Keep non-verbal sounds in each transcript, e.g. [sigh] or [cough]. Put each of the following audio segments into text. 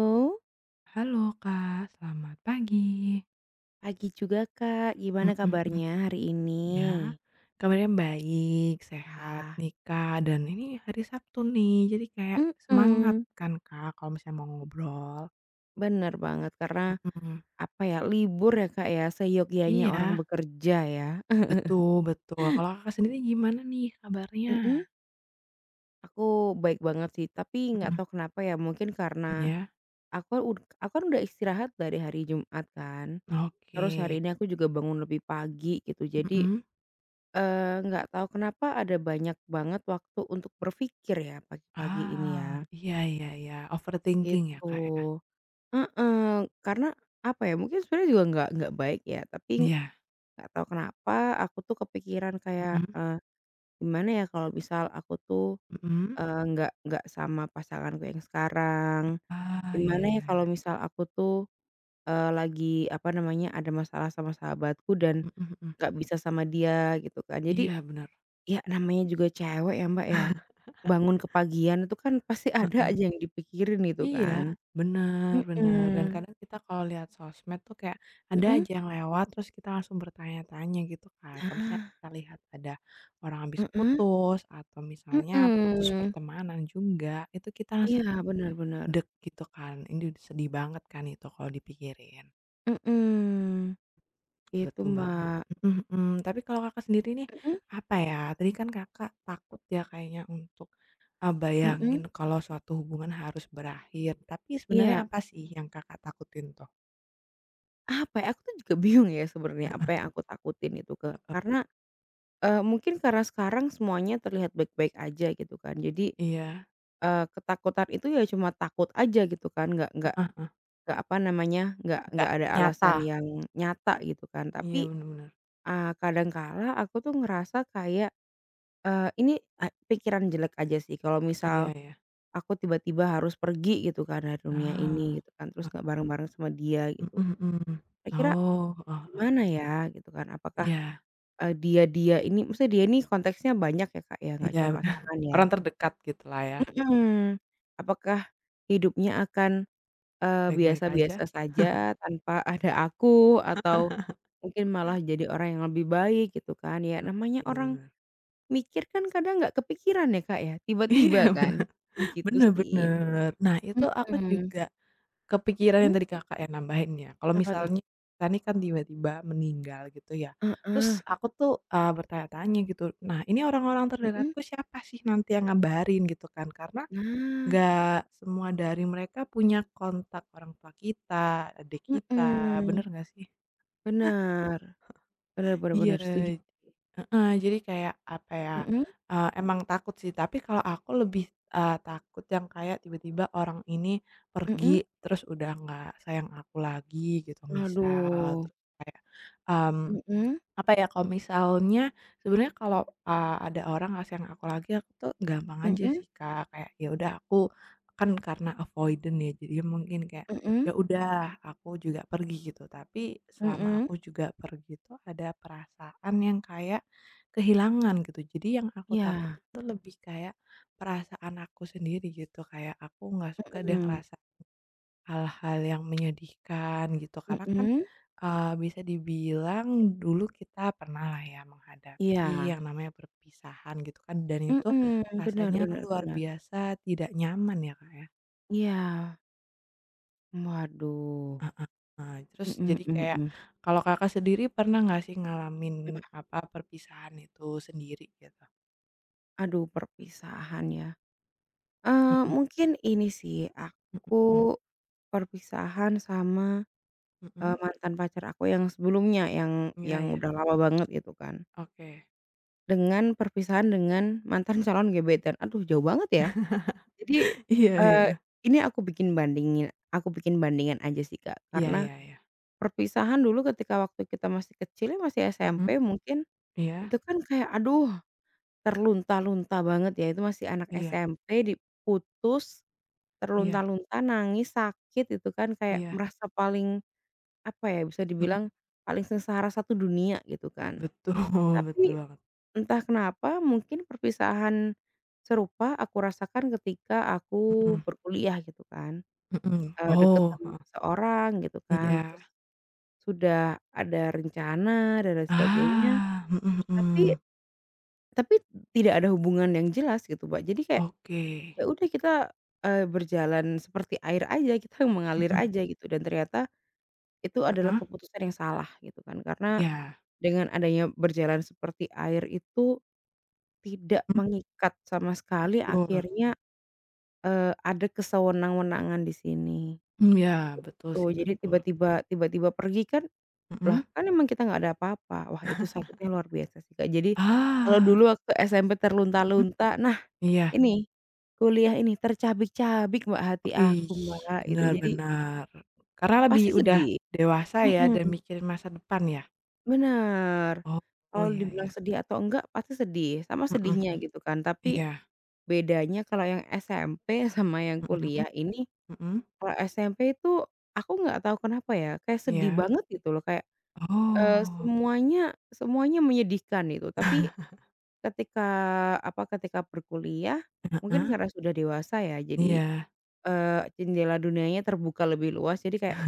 Halo, Halo Kak, selamat pagi. pagi juga Kak, gimana Mhm mhm, kabarnya hari iya, ini? kabarnya baik, sehat Ah. nih Kak, dan ini hari Sabtu nih, jadi kayak semangat Mhm, kan Kak, kalau misalnya mau ngobrol. bener banget karena, Mhm, apa ya, libur ya Kak ya, seyogyanya orang iya, bekerja ya. betul betul. Kalau Kakak sendiri gimana nih [laughs] kabarnya? Mhm, aku baik banget sih, tapi nggak Mhm, tahu kenapa ya, mungkin karena iya, aku kan udah istirahat dari hari Jumat kan, oke. terus hari ini aku juga bangun lebih pagi gitu, jadi, Mhm. Nggak tahu kenapa ada banyak banget waktu untuk berpikir ya pagi-pagi ini ya, Ah, iya iya iya, overthinking ya gitu. Kak ya? Heeh, karena apa ya, mungkin sebenarnya juga nggak baik ya, tapi Iya, nggak tahu kenapa aku tuh kepikiran kayak, mhm, gimana ya kalau misal aku tuh, mhm. Nggak sama pasanganku yang sekarang, Ah, iya gimana ya iya kalau iya. misal aku tuh, lagi apa namanya, ada masalah sama sahabatku dan Mhm mhm. nggak bisa sama dia gitu kan. Jadi Iya benar. ya namanya juga cewek ya, Mbak, ya, bangun kepagian itu kan pasti ada aja yang dipikirin itu Iya, kan. bener bener, dan Mhm, kadang kita kalau lihat sosmed tuh kayak ada mhm? aja yang lewat terus kita langsung bertanya-tanya gitu kan. Kalau misalnya Nah, kita lihat ada orang habis heeh. putus atau misalnya putus Mhm, pertemanan juga, itu kita langsung iya, kayak benar-benar, deg gitu kan, ini sedih banget kan itu kalau dipikirin. mhm, itu, Betul banget, Mbak, mhm mhm. Tapi kalau Kakak sendiri nih, mhm apa ya, tadi kan Kakak takut ya kayaknya untuk, mhm, bayangin kalau suatu hubungan harus berakhir, tapi sebenarnya iya, apa sih yang Kakak takutin tuh? apa ya, aku tuh juga bingung ya sebenarnya apa yang aku takutin itu ke Oh, karena, mungkin karena sekarang semuanya terlihat baik-baik aja gitu kan jadi, iya, ketakutan itu ya cuma takut aja gitu kan nggak nggak heeh, nggak apa namanya, nggak nggak nggak ada nyata. alasan yang nyata gitu kan Iya, tapi, bener bener. Kadang kala aku tuh ngerasa kayak, ini, pikiran jelek aja sih kalau Iya misal iya. aku tiba-tiba harus pergi gitu kan dari dunia Ah, ini gitu kan, terus nggak heeh, bareng-bareng sama dia gitu. mhm mhm. Kira-kira Oh, heeh heeh. gimana ya gitu kan, apakah, Iya dia-dia ini maksudnya dia ini konteksnya banyak ya, Kak, ya, nggak iya, cuma bener. pasangan ya? Orang terdekat gitulah ya, Mhm. Apakah hidupnya akan, baik-baik aja. biasa-biasa saja tanpa ada aku atau mungkin malah jadi orang yang lebih baik gitu kan, ya namanya Iya, bener orang bener. mikir kan kadang nggak kepikiran ya, Kak, ya, [laughs] Iya, tiba-tiba kan, bener. gitu Bener sih. bener. Nah, itu aku Mhm, juga kepikiran yang mhm, tadi Kakak ya, nambahin ya, kalau apa tuh? misalnya kita nih kan tiba-tiba meninggal gitu ya, terus Heeh, aku tuh, bertanya-tanya gitu, nah ini orang-orang mhm. terdekatku siapa sih nanti yang ngabarin gitu kan, karena Nah, nggak semua dari mereka punya kontak orang tua kita, adik kita, mhm, bener nggak sih? benar benar benar Iya, bener, setuju. heeh, jadi kayak apa ya, Mhm emang takut sih, tapi kalau aku lebih, takut yang kayak tiba-tiba orang ini mhm. pergi, terus udah nggak sayang aku lagi gitu misal, Aduh, terus kayak, mmm mhm apa ya, kalau misalnya sebenarnya kalau, ada orang ngasih yang aku lagi, aku tuh gampang aja mhm sih, Kak, kayak ya udah aku kan karena avoidant ya, jadi mungkin kayak, mhm ya udah aku juga pergi gitu. Tapi selama mhm. aku juga pergi itu ada perasaan yang kayak kehilangan gitu. Jadi yang aku takut Iya, itu lebih kayak perasaan aku sendiri gitu, kayak aku nggak suka deh mhm ngerasa hal-hal yang menyedihkan gitu karena kan, mhm, bisa dibilang dulu kita pernah lah ya menghadapi iya, yang namanya perpisahan gitu kan dan itu mhm, bener rasanya bener luar bener, biasa tidak nyaman ya, Kak, ya. iya. Waduh, Heeh, terus mhm jadi mhm kayak mhm. kalau Kakak sendiri pernah nggak sih ngalamin Apa? apa perpisahan itu sendiri gitu? Aduh perpisahan ya, eee, Mhm mungkin ini sih, mhm aku mhm perpisahan sama. Mhm. Mantan pacar aku yang sebelumnya, yang Iya yang ya, udah lama banget gitu kan, oke. dengan perpisahan dengan mantan calon gebetan. Aduh jauh banget ya. Jadi, [laughs] Iya eee, iya. ini aku bikin bandingan aja sih Kak, Iya karena iya iya. perpisahan dulu ketika waktu kita masih kecil ya, masih Mhm, SMP mungkin, iya itu kan kayak aduh terlunta-lunta banget ya, itu masih anak iya SMP diputus, iya terlunta-lunta, nangis, sakit, itu kan kayak iya, merasa paling apa ya, bisa mhm. dibilang paling sengsara satu dunia gitu kan. Betul [laughs] betul Tapi banget, entah kenapa mungkin perpisahan serupa aku rasakan ketika aku mhm berkuliah gitu kan, mhm, deket oh, sama heeh, seseorang gitu kan, iya, terus sudah ada rencana dan lain sebagainya, ah, mhm tapi mhm, tapi tidak ada hubungan yang jelas gitu, Mbak. Jadi kayak, oke, ya udah kita, berjalan seperti air aja, kita mengalir mhm, aja gitu dan ternyata itu adalah heeh, keputusan yang salah gitu kan, karena iya, dengan adanya berjalan seperti air itu tidak mhm, mengikat sama sekali betul, akhirnya, ada kesewenang-wenangan di sini. Ya betul Tuh, sih jadi betul, tiba-tiba pergi kan, lah mhm, kan emang kita nggak ada apa-apa. Wah itu sakitnya luar biasa sih, Kak. Jadi kalau dulu ah, waktu SMP mhm, terlunta-lunta, nah iya, ini, kuliah ini tercabik-cabik, Mbak, hati aku, wih, Mbak, itu. benar Jadi benar, karena lebih pasti udah sedih. dewasa ya dan Mhm, mikirin masa depan ya? bener. Oh oh Kalau ya dibilang ya, sedih atau enggak pasti sedih, sama mhm mhm, sedihnya gitu kan, tapi iya, bedanya kalau yang SMP sama yang mhm kuliah ini, mhm, kalau SMP itu aku nggak tahu kenapa ya, kayak sedih iya, banget gitu loh, kayak, oh, semuanya semuanya menyedihkan itu. Tapi ketika, ketika berkuliah, mungkin heeh, karena sudah dewasa ya, jadi, iya, jendela dunianya terbuka lebih luas, jadi kayak,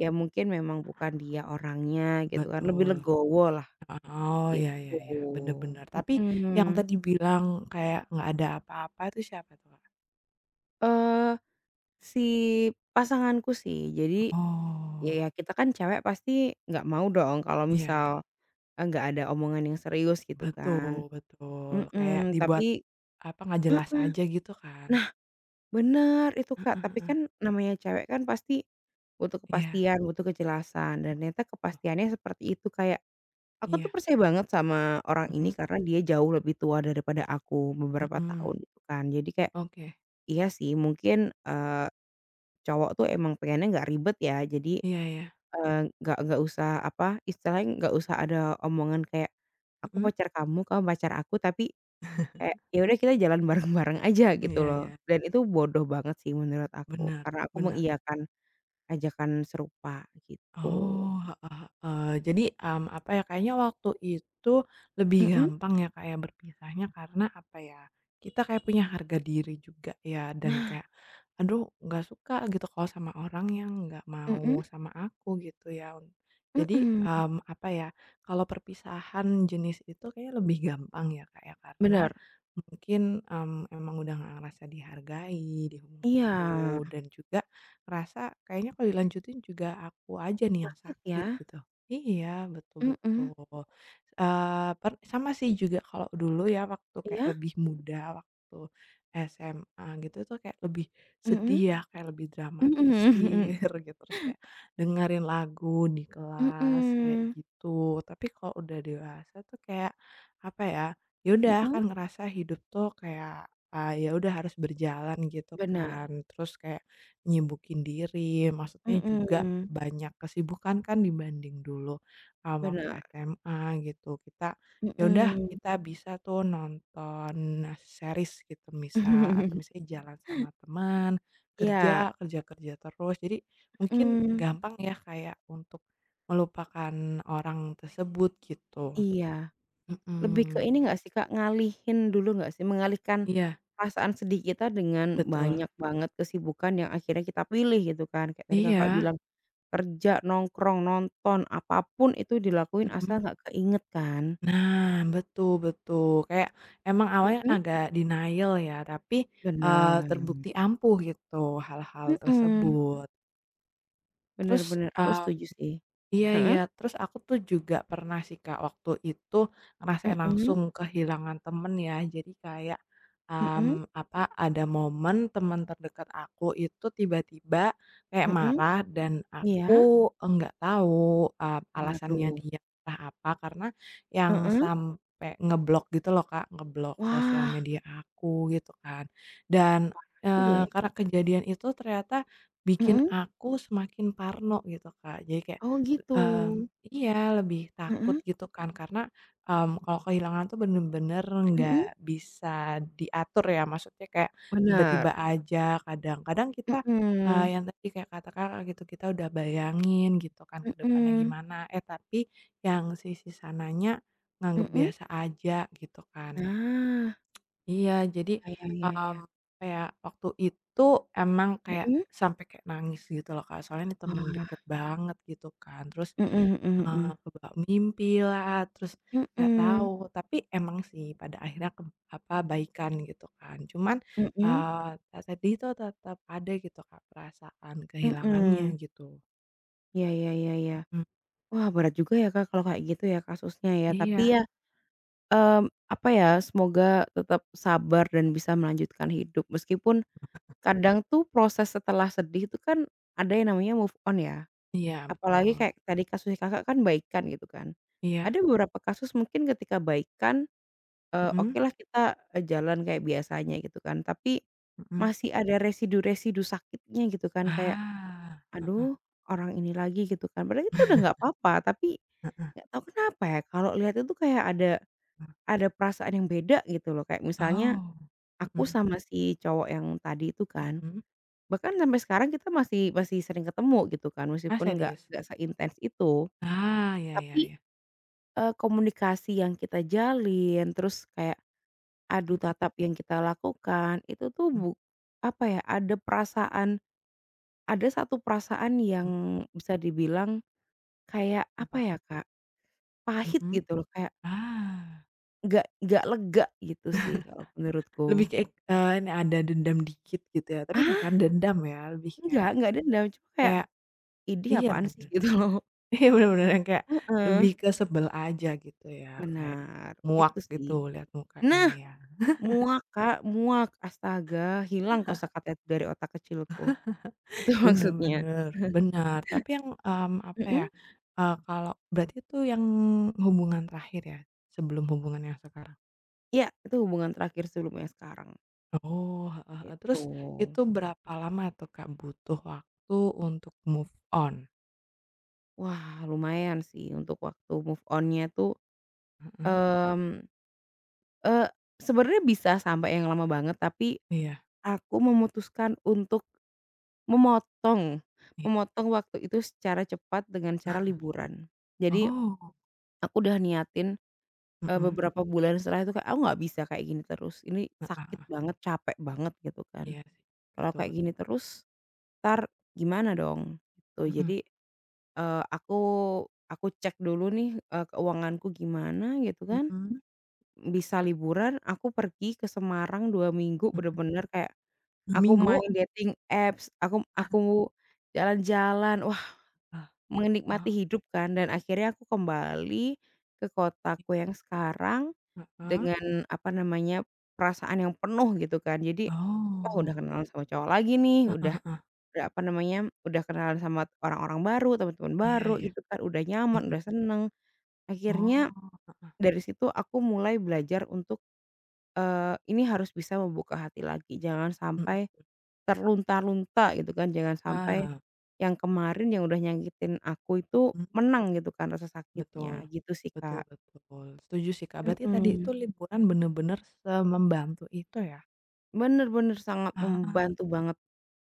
ya mungkin memang bukan dia orangnya gitu kan, lebih betul. legowolah Oh, ya ya gitu. ya, bener bener. Tapi yang Mhm. tadi bilang kayak nggak ada apa-apa itu siapa tuh, Kak? Eee, si pasanganku sih, jadi. Oh, Iya, kita kan cewek pasti nggak mau dong kalau iya, misal, nggak ada omongan yang serius gitu kan. betul betul. Kayak Mhm, dibuat, tapi apa, nggak jelas heeh, aja gitu kan? nah bener itu Kak, tapi kan namanya cewek kan pasti butuh Iya, kepastian, butuh kejelasan dan ternyata oh, kepastiannya seperti itu kayak, aku tuh iya, percaya banget sama orang ini mhm karena dia jauh lebih tua daripada aku beberapa mhm. tahun gitu kan. Jadi kayak, Oke, iya sih mungkin, eee, cowok tuh emang pengennya nggak ribet ya, jadi. iya iya, Eee, nggak usah apa, istilahnya nggak usah ada omongan kayak, "Aku mhm? pacar kamu, kamu pacar aku," tapi [laughs] kayak, ya udah kita jalan bareng-bareng aja gitu Iya loh, iya, dan itu bodoh banget sih menurut aku, benar. karena aku Bener. mengiyakan ajakan serupa gitu. Oh, heeh heeh. Jadi, apa ya, kayaknya waktu itu lebih Mhm, gampang ya, kayak berpisahnya karena apa ya, kita kayak punya harga diri juga ya dan nah, kayak, "Aduh nggak suka gitu kalau sama orang yang nggak mau mhm sama aku," gitu ya. Jadi, mhm, apa ya, kalau perpisahan jenis itu kayaknya lebih gampang ya, kayak karena bener, mungkin, emang udah nggak ngerasa dihargai di hubungan iya, itu dan juga ngerasa kayaknya kalau dilanjutin juga aku aja nih yang sakit ya, sakit gitu. Iya, betul mhm, betul. Per sama sih juga kalau dulu ya waktu kayak iya, lebih muda, waktu SMA gitu tuh kayak lebih sedih mhm, ya, kayak lebih mhm mhm dramatisir [laughs] gitu, terus kayak dengerin lagu di kelas kayak mhm, gitu. Tapi kalau udah dewasa tuh kayak apa ya, ya udah mhm, kan ngerasa hidup tuh kayak, ya udah harus berjalan gitu benar, kan. Terus kayak nyibukin diri, maksudnya juga mhm, banyak kesibukan kan dibanding dulu, waktu benar, SMA gitu. Kita, ya udah mhm. kita bisa tuh nonton series gitu misal, atau [laughs] misalnya jalan sama teman, Iya. kerja, kerja-kerja terus. Jadi mungkin Mmm, gampang ya kayak untuk melupakan orang tersebut gitu. iya. Lebih ke Mhm, ini nggak sih, Kak, ngalihin dulu nggak sih, mengalihkan iya, perasaan sedih kita dengan betul. banyak banget kesibukan yang akhirnya kita pilih gitu kan. Kayak tadi Kakak Iya, bilang kerja, nongkrong, nonton, apa pun itu dilakuin mhm. asal nggak keinget kan. Nah, betul betul. Kayak emang awalnya Mhm. agak denial ya, tapi, Benar, terbukti ampuh gitu hal-hal mhm, tersebut. bener Terus. bener, aku setuju sih. Iya iya, Heeh? terus aku tuh juga pernah sih Kak, waktu itu ngerasain langsung Mhm kehilangan temen ya. Jadi kayak, mhm mmm, apa, ada momen teman terdekat aku itu tiba-tiba kayak mhm, marah dan iya? aku enggak tahu, alasannya Waduh, dia marah apa, karena yang heeh. sampai ngeblok gitu loh Kak, ngeblok sosial Wah, media aku gitu kan. Dan, juga ya. karena kejadian itu ternyata bikin Mhm. aku semakin parno gitu Kak. Jadi kayak Oh gitu. Mmm, iya lebih takut Heeh, gitu kan karena, kalau kehilangan tuh bener-bener mhm. nggak bisa diatur ya maksudnya kayak tiba-tiba Bener. aja kadang-kadang kita, Mhm, yang tadi kayak kata Kakak gitu kita udah bayangin gitu kan ke depannya mhm, gimana, eh, tapi yang sisi sananya nganggep mhm. biasa aja gitu kan. Nah, Iya jadi, ya ya ya mmm, ya. kayak waktu itu emang kayak Mhm. sampai kayak nangis gitu loh Kak soalnya ini temen deket Wah. banget gitu kan terus Mhm mhm mhm. kebawa mimpilah, terus nggak tahu, Mhm, tapi emang sih pada akhirnya baikan gitu kan. Cuman, mhm, eee, ta tadi itu tetap ada gitu Kak, perasaan kehilangannya mhm. gitu. Iya iya iya iya. Mhm. Wah berat juga ya Kak kalau kayak gitu ya kasusnya ya, tapi Iya. ya, apa ya, semoga tetap sabar dan bisa melanjutkan hidup meskipun kadang tuh proses setelah sedih itu kan ada yang namanya move on ya, Iya, apalagi betul. kayak tadi kasusnya Kakak kan baikan gitu kan. Iya. Ada beberapa kasus mungkin ketika baikan. Mhm Okelah kita, jalan kayak biasanya gitu kan, tapi mhm. masih ada residu-residu sakitnya gitu kan, kayak, Ah, heeh. "Aduh, orang ini lagi," gitu kan. Padahal itu udah nggak apa-apa, tapi Heeh, nggak tahu kenapa ya, kalau lihat itu kayak ada mhm. [laughs] ada perasaan yang beda gitu loh. Kayak misalnya Oh. aku Mhm sama si cowok yang tadi itu kan, mhm. bahkan sampai sekarang kita masih masih sering ketemu gitu kan, Ah, meskipun nggak serius? nggak seintens itu. Ah, ya ya Tapi, ya. Komunikasi yang kita jalin, terus kayak adu Mhm tatap yang kita lakukan itu tuh mhm apa ya, ada satu perasaan yang mhm. bisa dibilang kayak apa Apa? ya, Kak, pahit Mhm. gitu loh, kayak Ah. nggak lega gitu sih kalau Lebih menurutku. kayak ini ada dendam dikit gitu ya, tapi bukan Ah, dendam ya, lebih nggak kayak enggak dendam, cuma kayak, kayak "Idih iya apaan bener sih?" bener gitu loh. [laughs] iya bener bener yang kayak Heeh, lebih ke sebel aja gitu ya, kayak benar, muak itu sih. gitu lihat mukanya Nah, ya. muak Kak, muak, astaga hilang kosakata itu dari otak kecilku, itu Bener maksudnya. bener [laughs] bener, tapi yang, apa ya, Mhm, kalau berarti itu yang hubungan terakhir ya, sebelum hubungan yang sekarang? iya itu hubungan terakhir sebelumnya sekarang. Oh, heeh heeh, Gitu. terus itu berapa lama tuh Kak butuh waktu untuk move on? Wah, lumayan sih untuk waktu move on-nya tuh, mhm. Heeh, mmm, eee, Sebenarnya bisa sampai yang lama banget, tapi iya aku memutuskan untuk memotong, iya. Waktu itu secara cepat dengan cara [laughs] liburan. Jadi Oh. aku udah niatin, Mhm, beberapa bulan setelah itu kayak, "Aku nggak bisa kayak gini terus, ini sakit heeh, banget, capek banget," gitu kan. iya sih. "Kalau Betul kayak gini betul. terus, entar gimana dong?" Gitu. Mhm, Jadi. Eee, aku aku cek dulu nih, keuanganku gimana gitu kan, mhm, bisa liburan, aku pergi ke Semarang 2 minggu mhm, bener-bener kayak 2 aku minggu? main dating apps, aku jalan-jalan, wah Ah. menikmati Ah, hidup kan dan akhirnya aku kembali ke i kotaku yang sekarang heeh, dengan apa namanya, perasaan yang penuh gitu kan. Jadi, oh udah oh, kenalan sama cowok lagi nih, heeh udah heeh, udah apa namanya, udah kenalan sama orang-orang baru, teman-teman iya baru iya, gitu kan, udah nyaman, mhm, udah seneng. oh, Akhirnya heeh, dari situ aku mulai belajar untuk, ini harus bisa membuka hati lagi, jangan mhm, sampai terlunta-lunta gitu kan, jangan sampai ah, yang kemarin yang udah nyakitin aku itu mmm, menang gitu kan rasa sakitnya, betul, gitu sih, betul Kak. betul, setuju sih, Kak, berarti tadi itu Mhm. liburan bener-bener semembantu itu ya? Bener-bener sangat Ah, membantu banget,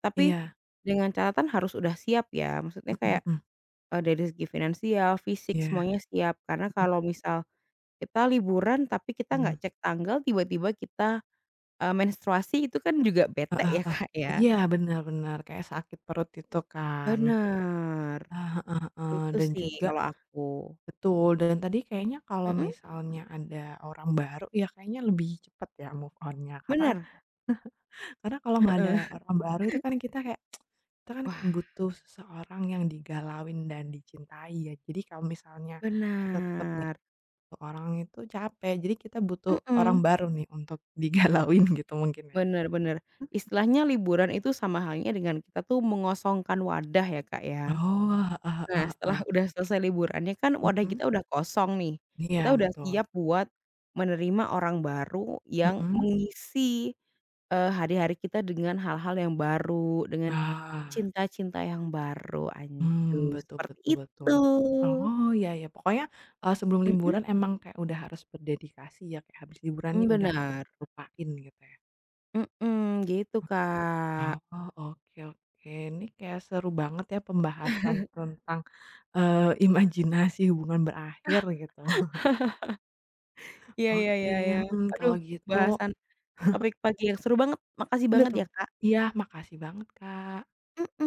tapi iya, dengan catatan harus udah siap ya, maksudnya mhm kayak, mhm, dari segi finansial, fisik, iya, semuanya siap. Karena mhm kalau misal kita liburan tapi kita mhm, nggak cek tanggal, tiba-tiba kita. Menstruasi itu kan juga bete heeh ya, heeh, Kak, ya. iya bener bener, kayak sakit perut itu kan, Bener, ah, heeh heeh, itu dan sih juga kalau aku. betul, dan tadi kayaknya kalau Mhm, misalnya ada orang baru ya kayaknya lebih cepet ya move on-nya karena bener. karena kalau nggak ada orang baru itu kan kita kayak kita kan kayak Wah, butuh seseorang yang digalauin dan dicintai ya. Jadi kalau misalnya tetap nggak benar, ada orang itu capek, jadi kita butuh orang mhm, baru nih untuk [laughs] digalauin gitu mungkin ya? bener bener. Istilahnya liburan itu sama halnya dengan kita tuh mengosongkan wadah ya, Kak, ya. Oh, heeh heeh Nah, setelah heeh. udah selesai liburannya kan wadah Mhm. kita udah kosong nih, Iya kita udah betul. siap buat menerima orang baru yang Mhm. mengisi, hari-hari kita dengan hal-hal yang baru, dengan Ah. cinta-cinta yang baru, Hmm aduh betul seperti betul betul. itu. Oh, iya iya, pokoknya, sebelum Mhm liburan emang kayak udah harus berdedikasi ya, kayak habis liburan nih mhm, udah harus bener, lupain gitu ya? mhm, gitu, Kak. Oh, oke oke, ini kayak seru banget ya pembahasan tentang, imajinasi hubungan berakhir gitu. [laughs] Iya iya iya Oke, iya, mhm, aduh kalau gitu bahasan topik pagi yang seru banget, makasih banget betul. ya, Kak, Iya, makasih banget, Kak. mhm.